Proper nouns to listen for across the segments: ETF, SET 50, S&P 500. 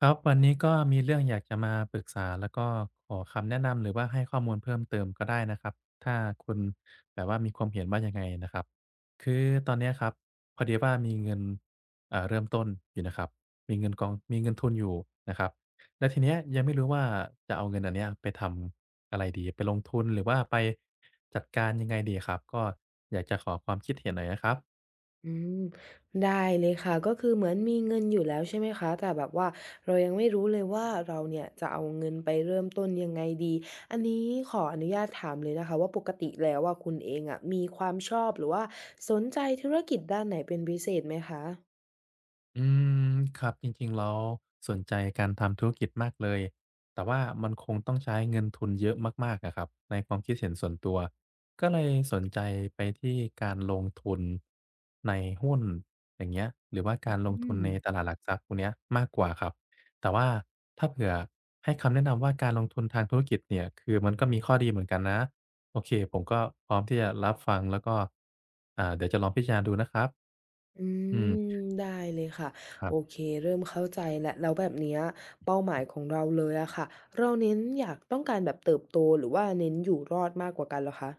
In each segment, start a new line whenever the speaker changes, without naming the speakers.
ครับวันนี้ก็มีเรื่องอยากจะมาปรึกษาแล้วก็ขอคำแนะนำหรือว่าให้ข้อมูลเพิ่มเติมก็ได้นะครับถ้าคุณแบบว่ามีความเห็นว่ายังไงนะครับคือตอนเนี้ยครับพอดีว่ามีเงินเริ่มต้นอยู่นะครับมีเงินกองมีเงินทุนอยู่นะครับแล้วทีเนี้ยยังไม่รู้ว่าจะเอาเงินอันเนี้ยไปทำอะไรดีไปลงทุนหรือว่าไปจัดการยังไงดีครับก็อยากจะขอความคิดเห็นหน่อยนะครับ
อืมได้เลยค่ะก็คือเหมือนมีเงินอยู่แล้วใช่ไหมคะแต่แบบว่าเรายังไม่รู้เลยว่าเราเนี่ยจะเอาเงินไปเริ่มต้นยังไงดีอันนี้ขออนุญาตถามเลยนะคะว่าปกติแล้วอะคุณเองอะมีความชอบหรือว่าสนใจธุรกิจด้านไหนเป็นพิเศษไหมคะ
อืมครับจริงๆแล้วสนใจการทำธุรกิจมากเลยแต่ว่ามันคงต้องใช้เงินทุนเยอะมากๆอะครับในความคิดเห็นส่วนตัวก็เลยสนใจไปที่การลงทุนในหุ้นอย่างเงี้ยหรือว่าการล
อื
งทุน
ม
ในตลาดหลักทรัพย์พวกเนี้ยมากกว่าครับแต่ว่าถ้าเผื่อให้คำแนะนำว่าการลงทุนทางธุรกิจเนี่ยคือมันก็มีข้อดีเหมือนกันนะโอเคผมก็พร้อมที่จะรับฟังแล้วก็เดี๋ยวจะลองพิจารณาดูนะครับ
อื
อืม
มได้เลยค่ะ
ครั
โอ
บ
เคเริ่มเข้าใจแล้วแล้วแบบเนี้ยเป้าหมายของเราเลยอะค่ะเราเน้นอยากต้องการแบบเติบโตหรือว่าเน้นอยู่รอดมากกว่ากันเหรอคะ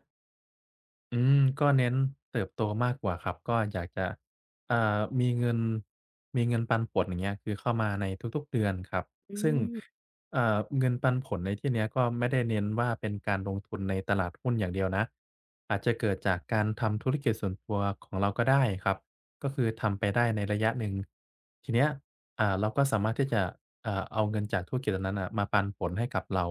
อืมก็เน้นเติบโตมากกว่าครับก็อยากจะมีเงินมีเงินปันผลอย่างเงี้ยคือเข้ามาในทุกๆเดือนครับ
อื
ซึ่ง
ม
เงินปันผลในที่เนี้ยก็ไม่ได้เน้นว่าเป็นการลงทุนในตลาดหุ้นอย่างเดียวนะอาจจะเกิดจากการทำธุรกิจส่วนตัวของเราก็ได้ครับก็คือทำไปได้ในระยะหนึ่งทีเนี้ยเราก็สามารถที่จะเอาเงินจากธุรกิจอันนั้นน่ะมาปันผลให้กับเรา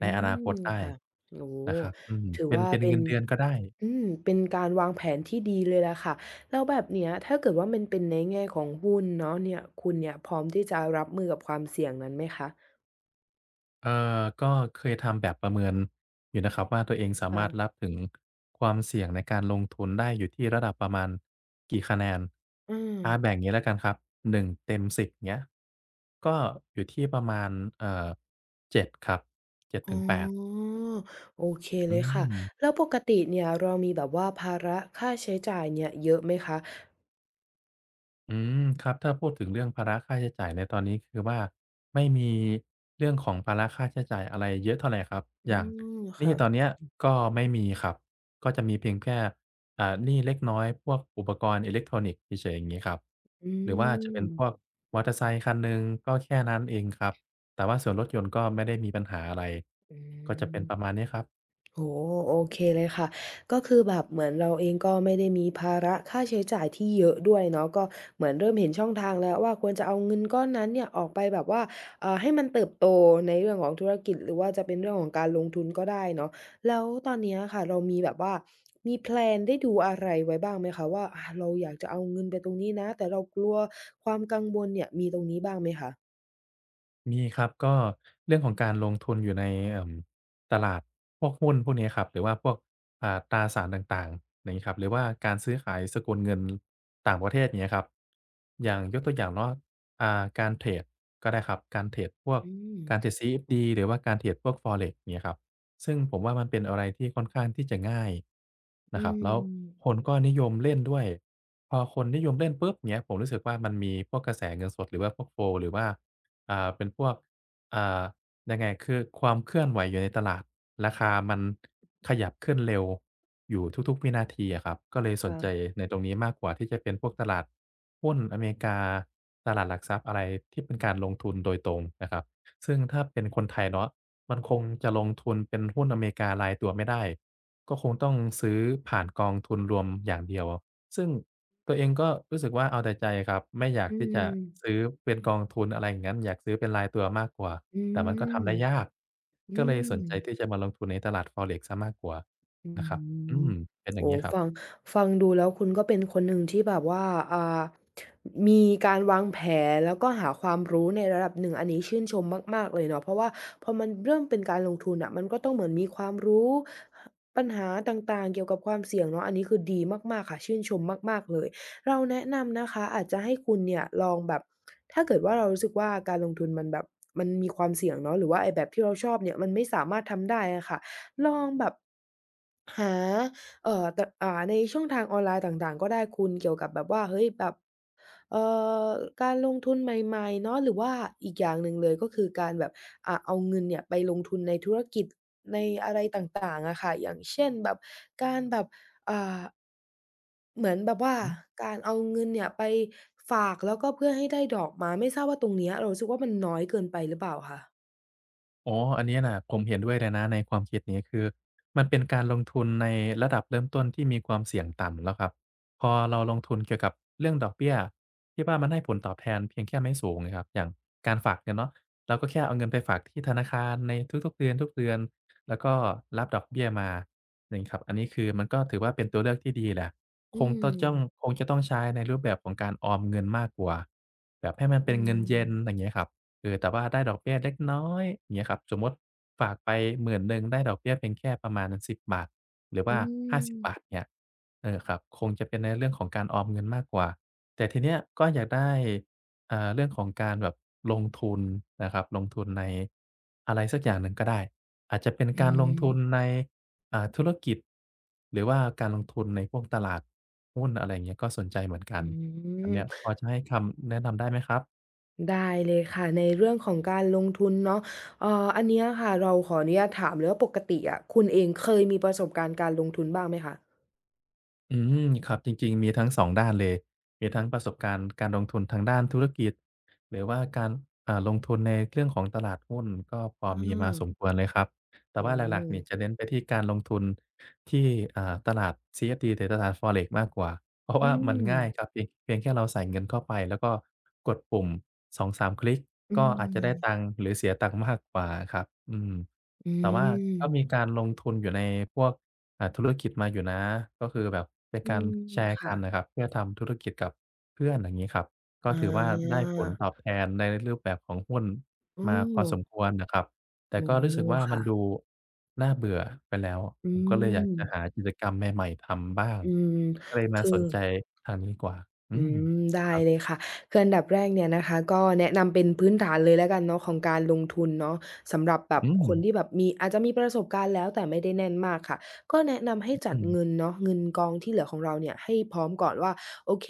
ใน
อื
อนาค
ม
ตได้
ค่ะโอ้โฮ
นะครับอืม
ถือ
เป็น
ว่า
เป็น
เป็
เงิ
น
นเดือนก็ได้
เป็นการวางแผนที่ดีเลยแหละค่ะแล้วแบบเนี้ยถ้าเกิดว่ามันเป็นในแง่ของหุ้นเนาะเนี่ยคุณเนี่ยพร้อมที่จะรับมือกับความเสี่ยงนั้นไหมคะ
เอ่ก็เคยทำแบบประเมินอยู่นะครับว่าตัวเองสามารถรับ
ค่ะ
ถึงความเสี่ยงในการลงทุนได้อยู่ที่ระดับประมาณกี่คะแนน
อืม
แบ่งงี้แล้วกันครับ1เต็ม10เงี้ยก็อยู่ที่ประมาณเอ่อ7ครับ
อ๋
7-8
อโอเค
อื
เลยค่ะ
ม
แล้วปกติเนี่ยเรามีแบบว่าภาระค่าใช้จ่ายเนี่ยเยอะไหมคะ
อืมครับถ้าพูดถึงเรื่องภาระค่าใช้จ่ายในตอนนี้คือว่าไม่มีเรื่องของภาระค่าใช้จ่ายอะไรเยอะเท่าไรครับอ
อื
ย่าง
ม
หนี้
ค่ะ
ตอนเนี้ยก็ไม่มีครับก็จะมีเพียงแค่หนี้เล็กน้อยพวกอุปกรณ์อิเล็กทรอนิกส์เฉยๆอย่างงี้ครับ
อื
หรือว่าจะเป็
ม
นพวกมอเตอร์ไซค์คันหนึ่งก็แค่นั้นเองครับแต่ว่าส่วนรถยนต์ก็ไม่ได้มีปัญหาอะไร
อื
ก็จะ
ม
เป็นประมาณนี้ครับ
โอ้โฮโอเคเลยค่ะก็คือแบบเหมือนเราเองก็ไม่ได้มีภาระค่าใช้จ่ายที่เยอะด้วยเนาะก็เหมือนเริ่มเห็นช่องทางแล้วว่าควรจะเอาเงินก้อนนั้นเนี่ยออกไปแบบว่าให้มันเติบโตในเรื่องของธุรกิจหรือว่าจะเป็นเรื่องของการลงทุนก็ได้เนาะแล้วตอนเนี้ยค่ะเรามีแบบว่ามีแพลนได้ดูอะไรไว้บ้างไหมคะว่าอาเราอยากจะเอาเงินไปตรงนี้นะแต่เรากลัวความกังวลเนี่ยมีตรงนี้บ้างไหมคะ
มีครับก็เรื่องของการลงทุนอยู่ในเอ่มตลาดพวกหุ้นพวกนี้ครับหรือว่าพวกตราสารต่างๆอย่างงี้ครับหรือว่าการซื้อขายสกุลเงินต่างประเทศอย่างเงี้ยครับอย่างยกตัวอย่างเนาะการเทรดก็ได้ครับ
อืม
การเทรด CFD หรือว่าการเทรดพวก Forex อย่างเงี้ยครับซึ่งผมว่ามันเป็นอะไรที่ค่อนข้างที่จะง่าย
อื
นะครับแล้วค
ม
นก็นิยมเล่นด้วยพอคนนิยมเล่นปุ๊บเงี้ยผมรู้สึกว่ามันมีพวกกระแสเงินสดหรือว่าพวก Flow หรือว่า เป็นพวกอ่ายังไงคือความเคลื่อนไหวอยู่ในตลาดราคามันขยับขึ้นเร็วอยู่ทุกๆวินาทีอะครับก็เลยสนใจ
ค่ะ
ในตรงนี้มากกว่าที่จะเป็นพวกตลาดหุ้นอเมริกาตลาดหลักทรัพย์อะไรที่เป็นการลงทุนโดยตรงนะครับซึ่งถ้าเป็นคนไทยเนาะมันคงจะลงทุนเป็นหุ้นอเมริการายตัวไม่ได้ก็คงต้องซื้อผ่านกองทุนรวมอย่างเดียวซึ่ง ตัวเองก็รู้สึกว่าเอาแต่ใจครับไม่อยาก
อื
ที่จะ
ม
ซื้อเป็นกองทุนอะไรอย่างงั้นอยากซื้อเป็นรายตัวมากกว่า
อื
แต่มันก็
ม
ทำได้ยาก
อื
ก็เลยสน
ม
ใจที่จะมาลงทุนในตลาด Forex เสียมากกว่า
อื
นะครับอื
ม
มเป็นอย่าง
โอ้
งี้
โฮ
ครับ
ฟังดูแล้วคุณก็เป็นคนหนึ่งที่แบบว่าอ่ามีการวางแผนแล้วก็หาความรู้ในระดับหนึ่งอันนี้ชื่นชมมากๆเลยเนาะเพราะว่าพอมันเริ่มเป็นการลงทุนน่ะมันก็ต้องเหมือนมีความรู้ปัญหาต่างๆเกี่ยวกับความเสี่ยงเนาะอันนี้คือดีมากๆค่ะชื่นชมมากๆเลยเราแนะนำนะคะอาจจะให้คุณเนี่ยลองแบบถ้าเกิดว่าเรารู้สึกว่าการลงทุนมันแบบมันมีความเสี่ยงเนาะหรือว่าไอ้แบบที่เราชอบเนี่ยมันไม่สามารถทำได้อะค่ะ ลองแบบหาเอ่อตอ่าในช่องทางออนไลน์ต่างๆก็ได้คุณเกี่ยวกับแบบว่าเฮ้ยแบบเอ่อการลงทุนใหม่ๆเนาะหรือว่าอีกอย่างหนึ่งเลยก็คือการแบบเอาเงินเนี่ยไปลงทุนในธุรกิจในอะไรต่างๆอะค่ะอย่างเช่นแบบการแบบอ่าเหมือนแบบว่าการเอาเงินเนี่ยไปฝากแล้วก็เพื่อให้ได้ดอกมาไม่ทราบว่าตรงเนี้ยเรารู้สึกว่ามันน้อยเกินไปหรือเปล่าคะ
อ๋ออันเนี้ยน่ะผมเห็นด้วยเลยนะในความคิดนี้คือมันเป็นการลงทุนในระดับเริ่มต้นที่มีความเสี่ยงต่ำแล้วครับพอเราลงทุนเกี่ยวกับเรื่องดอกเบี้ยที่ว่ามันให้ผลตอบแทนเพียงแค่ไม่สูงนะครับอย่างการฝากเงินเนาะเราก็แค่เอาเงินไปฝากที่ธนาคารในทุกๆเดือนทุกเดือนแล้วก็รับดอกเบี้ยมาอย่างงี้ครับอันนี้คือมันก็ถือว่าเป็นตัวเลือกที่ดีแหละ
อืม
คงจะต้องใช้ในรูปแบบของการออมเงินมากกว่าแบบให้มัน
อื
เป็นเงินเย็นอ
ม
ย่างเงี้ยครับ เออแต่ว่าได้ดอกเบี้ยเล็กน้อยอย่างเงี้ยครับสมมติฝากไป10,000ได้ดอกเบี้ยเพียงแค่ประมาณ10 บาทหรือ
อื
ว่า
ม
50บบาทเนี่ยเออครับคงจะเป็นในเรื่องของการออมเงินมากกว่าแต่ทีเนี้ยก็อยากได้เรื่องของการแบบลงทุนนะครับลงทุนในอะไรสักอย่างหนึ่งก็ได้อาจจะเป็น
อื
การลง
ม
ทุนในธุรกิจหรือว่าการลงทุนในพวกตลาดหุ้นอะไรอย่างเงี้ยก็สนใจเหมือนกัน
อื
แบบเนี้ยพ
ม
อจะให้คำแนะนำได้ไหมครับ
ได้เลยค่ะในเรื่องของการลงทุนเนาะเอ่ออันเนี้ยค่ะเราขออนุญาตถามเลยว่าปกติอะคุณเองเคยมีประสบการณ์การลงทุนบ้างไหมคะ
อืมครับจริงๆมีทั้งสองด้านเลยมีทั้งประสบการณ์การลงทุนทางด้านธุรกิจหรือว่าการลงทุนในเรื่องของตลาดหุ้นก็พอ
อ
มีมาสมค
า
วรเลยครับแต่
โอ้
ว่าหลักๆเนี่ยจะเน้นไปที่การลงทุนที่ตลาด CFD หรือตลาด Forex มากกว่าเพราะ
อื
ว่ามันง่ายครั
ม
บเพียงแค่เราใส่เงินเข้าไปแล้วก็กดปุ่ม2-3คลิก
อื
ก็อาจจะได้ตั
ม
งค์หรือเสียตังค์มากกว่าอะครับอืม
อื
แต่ว่า
ม
ก็มีการลงทุนอยู่ในพวกธุรกิจมาอยู่นะก็คือแบบเป็น
อื
การ
ม
แชร์กันน่ะ
ค่ะ
ครับเพื่อทำธุรกิจกับเพื่อนอย่างงี้ครับก็
อ
ถือว่าได้ผลตอบ
า
แทนในรูปแบบของหุ้น
โอ้
มาพอสมควรนะครับแต่
โอ้
ก็รู้
โฮ
สึกว่ามัน
ค่ะ
ดูน่าเบื่อไปแล้ว
อื
ผมก็เลยอยากจะหา
ม
กิจกรรมใหม่ๆทำบ้าง
อืม
ก็เลยมา
คือ
สนใจทางนี้ดีกว่าอื
อื
ม
ได้
ครั
เลย
บ
ค่ะคืออันดับแรกเนี่ยนะคะก็แนะนำเป็นพื้นฐานเลยแล้วกันเนาะของการลงทุนเนาะสำหรับแบบ
อืม
คนที่แบบมีอาจจะมีประสบการณ์แล้วแต่ไม่ได้แน่นมากค่ะก็แนะนำให้
อื
จัด
อ
เงินเนาะเงินกองที่เหลือของเราเนี่ยให้พร้อมก่อนว่าโอเค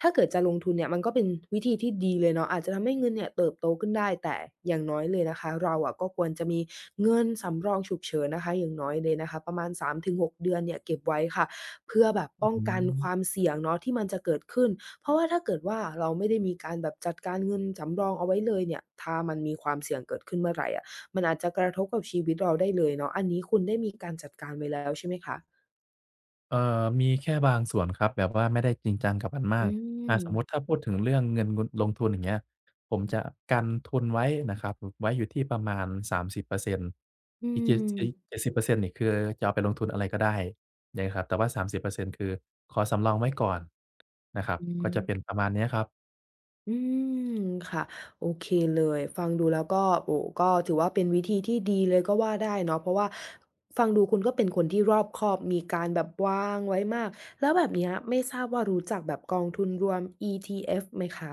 ถ้าเกิดจะลงทุนเนี่ยมันก็เป็นวิธีที่ดีเลยเนาะอาจจะทำให้เงินเนี่ยเติบโตขึ้นได้แต่อย่างน้อยเลยนะคะเราอะก็ควรจะมีเงินสำรองฉุกเฉินนะคะอย่างน้อยเลยนะคะประมาณ3-6 เดือนเนี่ยเก็บไว้ค่ะเพื่อแบบป้อง
อือ
กันความเสี่ยงเนาะที่มันจะเกิดขึ้น เพราะว่าถ้าเกิดว่าเราไม่ได้มีการแบบจัดการเงินสำรองเอาไว้เลยเนี่ยถ้ามันมีความเสี่ยงเกิดขึ้นเมื่อไหรอะมันอาจจะกระทบกับชีวิตเราได้เลยเนาะอันนี้คุณได้มีการจัดการไว้แล้วใช่ไหมคะ
เอ่อมีแค่บางส่วนครับแบบว่าไม่ได้จริงจังกับมันมา
อื
กสมมุติ
ม
ถ้าพูดถึงเรื่องเงินงุนลงทุนอย่างเงี้ยผมจะกันทุนไว้นะครับไว้อยู่ที่ประมาณ30%อร์เซ็นต์
อืม
อีกเจ็ดสิบเปอร์เซ็นต์นี่คือจะเอาไปลงทุนอะไรก็ได้นะครับแต่ว่า30%คือขอสำรองไว้ก่อนนะครับ
อื
ก็จะเป็น
ม
ประมาณเนี้ยครับ
อืมค่ะโอเคเลยฟังดูแล้วก็โอ้โฮก็ถือว่าเป็นวิธีที่ดีเลยก็ว่าได้เนาะเพราะว่าฟังดูคุณก็เป็นคนที่รอบคอบมีการแบบวางไว้มากแล้วแบบเนี้ยไม่ทราบว่ารู้จักแบบกองทุนรวม ETF ไหมคะ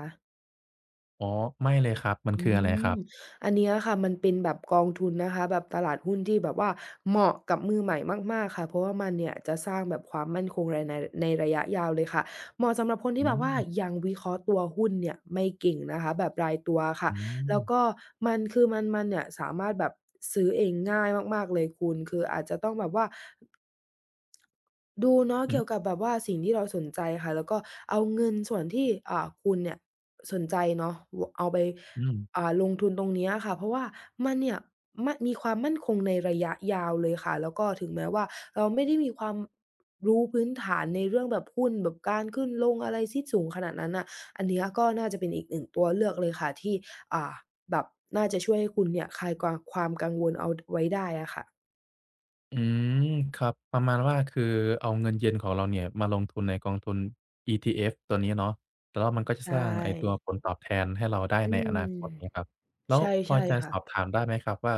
อ๋อไม่เลยครับมัน
อื
คืออะไรค
ม
รับ
อันเนี้ยค่ะมันเป็นแบบกองทุนนะคะแบบตลาดหุ้นที่แบบว่าเหมาะกับมือใหม่มากๆค่ะเพราะว่ามันเนี่ยจะสร้างแบบความมั่นคงในระยะยาวเลยค่ะเหมาะสำหรับคนที่
อื
แบบว่า
ม
ยังวิเคราะห์ตัวหุ้นเนี่ยไม่เก่งนะคะแบบรายตัวค่ะ
อืม
แล้วก็มันคือมันเนี่ยสามารถแบบซื้อเองง่ายมากๆเลยคุณคืออาจจะต้องแบบว่า ดูเนาะ
อือ
เกี่ยวกับแบบว่าสิ่งที่เราสนใจค่ะแล้วก็เอาเงินส่วนที่คุณเนี่ยสนใจเนาะเอาไป
อืม
ลงทุนตรงเนี้ยค่ะเพราะว่ามันเนี่ยมีความมั่นคงในระยะยาวเลยค่ะแล้วก็ถึงแม้ว่าเราไม่ได้มีความรู้พื้นฐานในเรื่องแบบหุ้นแบบการขึ้นลงอะไรที่สูงขนาดนั้นน่ะอันเนี้ยก็น่าจะเป็นอีกหนึ่งตัวเลือกเลยค่ะที่อ่าแบบน่าจะช่วยให้คุณเนี่ยคลายความกังวลเอาไว้ได้อะค่ะ
อืมครับประมาณว่าคือเอาเงินเย็นของเราเนี่ยมาลงทุนในกองทุน ETF ตัวนี้เนาะแล้วมันก็จะส
ใช่
ร้างไอ้ตัวผลตอบแทนให้เราได้
อื
ในอนา
ม
คตเงี้ยครับแล้ว
ใช่
พอ
ใช่
จะส
ค่ะ
อบถามได้ไหมครับว่า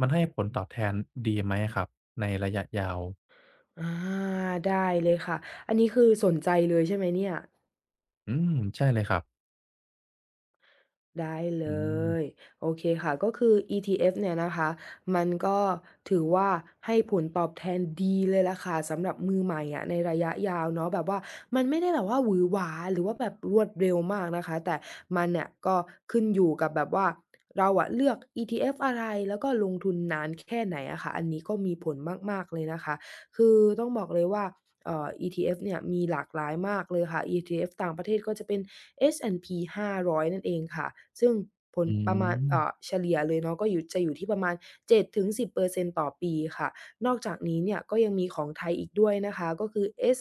มันให้ผลตอบแทนดีไหมอะครับในระยะยาว
อาได้เลยค่ะอันนี้คือสนใจเลยใช่ไหมเนี่ย
อืมใช่เลยครับ
ได้เล
อื
ย
ม
โอเคค่ะก็คือ ETF เนี่ยนะคะมันก็ถือว่าให้ผลตอบแทนดีเลยล่ะค่ะสำหรับมือใหม่อะในระยะยาวเนาะแบบว่ามันไม่ได้แบบว่าหวือหวาหรือว่าแบบรวดเร็วมากนะคะแต่มันเนี่ยก็ขึ้นอยู่กับแบบว่าเราอะเลือก ETF อะไรแล้วก็ลงทุนนานแค่ไหนอะค่ะอันนี้ก็มีผลมากๆเลยนะคะคือต้องบอกเลยว่า ETF เอฟเนี่ยมีหลากหลายมากเลยค่ะ ETF ต่างประเทศก็จะเป็น S&P 500นด์พีห้าร้อยนั่นเองค่ะซึ่งผล
อื
ประมาณ
ม
เฉลี่ยเลยเนาะก็จะอยู่ที่ประมาณ7-10%ต่อปีค่ะนอกจากนี้เนี่ยก็ยังมีของไทยอีกด้วยนะคะก็คือ SET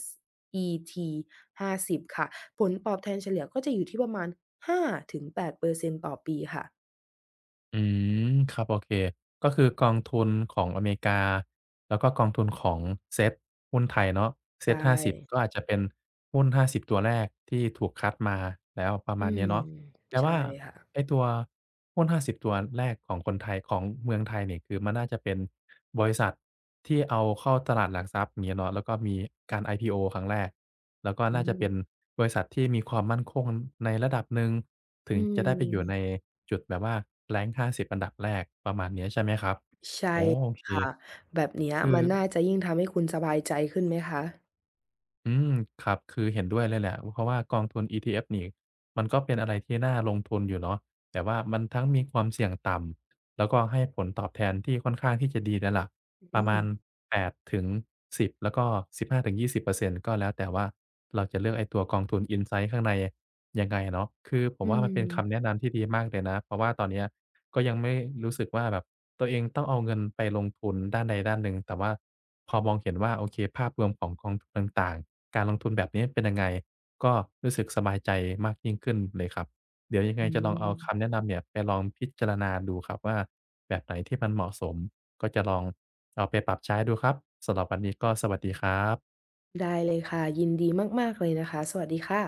50ค่ะผลตอบแทนเฉลี่ยก็จะอยู่ที่ประมาณ5-8%ต่อปีค่ะ
อืมครับโอเคก็คือกองทุนของอเมริกา แล้วก็กองทุนของเซ็ตหุ้นไทยเนาะเซ็ต
ใช่
50ก็อาจจะเป็นหุ้น50ตัวแรกที่ถูกคัดมาแล้วประ
อื
มาณเนี้ย
ม
เนาะแต่
ใช่
ว่า
ค่ะ
ไอ้ตัวหุ้น50ตัวแรกของคนไทยของเมืองไทยเนี่ยคือมันน่าจะเป็นบริษัทที่เอาเข้าตลาดหลักทรัพย์อย่างเงี้ยเนาะแล้วก็มีการ IPO ครั้งแรก แล้วก็
อื
น่าจะ
ม
เป็นบริษัทที่มีความมั่นคงในระดับหนึ่งถึ
อื
งจะได้ไปอยู่ใน
ม
จุดแบบว่า rank 50 อันดับแรกประมาณเนี้ยใช่ไหมครับอ๋อโอเค
ค่ะแบบเนี้ย
คือ
มันน่าจะยิ่งทำให้คุณสบายใจขึ้นไหมคะ
อืมครับคือเห็นด้วยเลยแหละเพราะว่ากองทุน ETF นี่มันก็เป็นอะไรที่น่าลงทุนอยู่เนาะแต่ว่ามันทั้งมีความเสี่ยงต่ำแล้วก็ให้ผลตอบแทนที่ค่อนข้างที่จะดีเลยล่ะประ
อื
มา
ม
ณ8ถึง10แล้วก็15-20%ก็แล้วแต่ว่าเราจะเลือกไอ้ตัวกองทุน Insight ข้างในยังไงเนาะคือผม
อื
ว่ามั
ม
นเป็นคำแนะนำที่ดีมากเลยนะเพราะว่าตอนเนี้ย ก็ยังไม่รู้สึกว่าแบบตัวเองต้องเอาเงินไปลงทุนด้านใดด้านหนึ่งแต่ว่าพอมองเห็นว่าโอเคภาพรวมของกองทุนต่างๆการลงทุนแบบนี้เป็นยังไงก็รู้สึกสบายใจมากยิ่งขึ้นเลยครับเดี๋ยวยังไง
อื
จะลอง
ม
เอาคำแนะนำเนี่ยไปลองพิจารณาดูครับว่าแบบไหนที่มันเหมาะสมก็จะลองเอาไปปรับใช้ดูครับสำหรับวันนี้ก็สวัสดีครับ
ได้เลยค่ะยินดีมากๆเลยนะคะสวัสดีค่ะ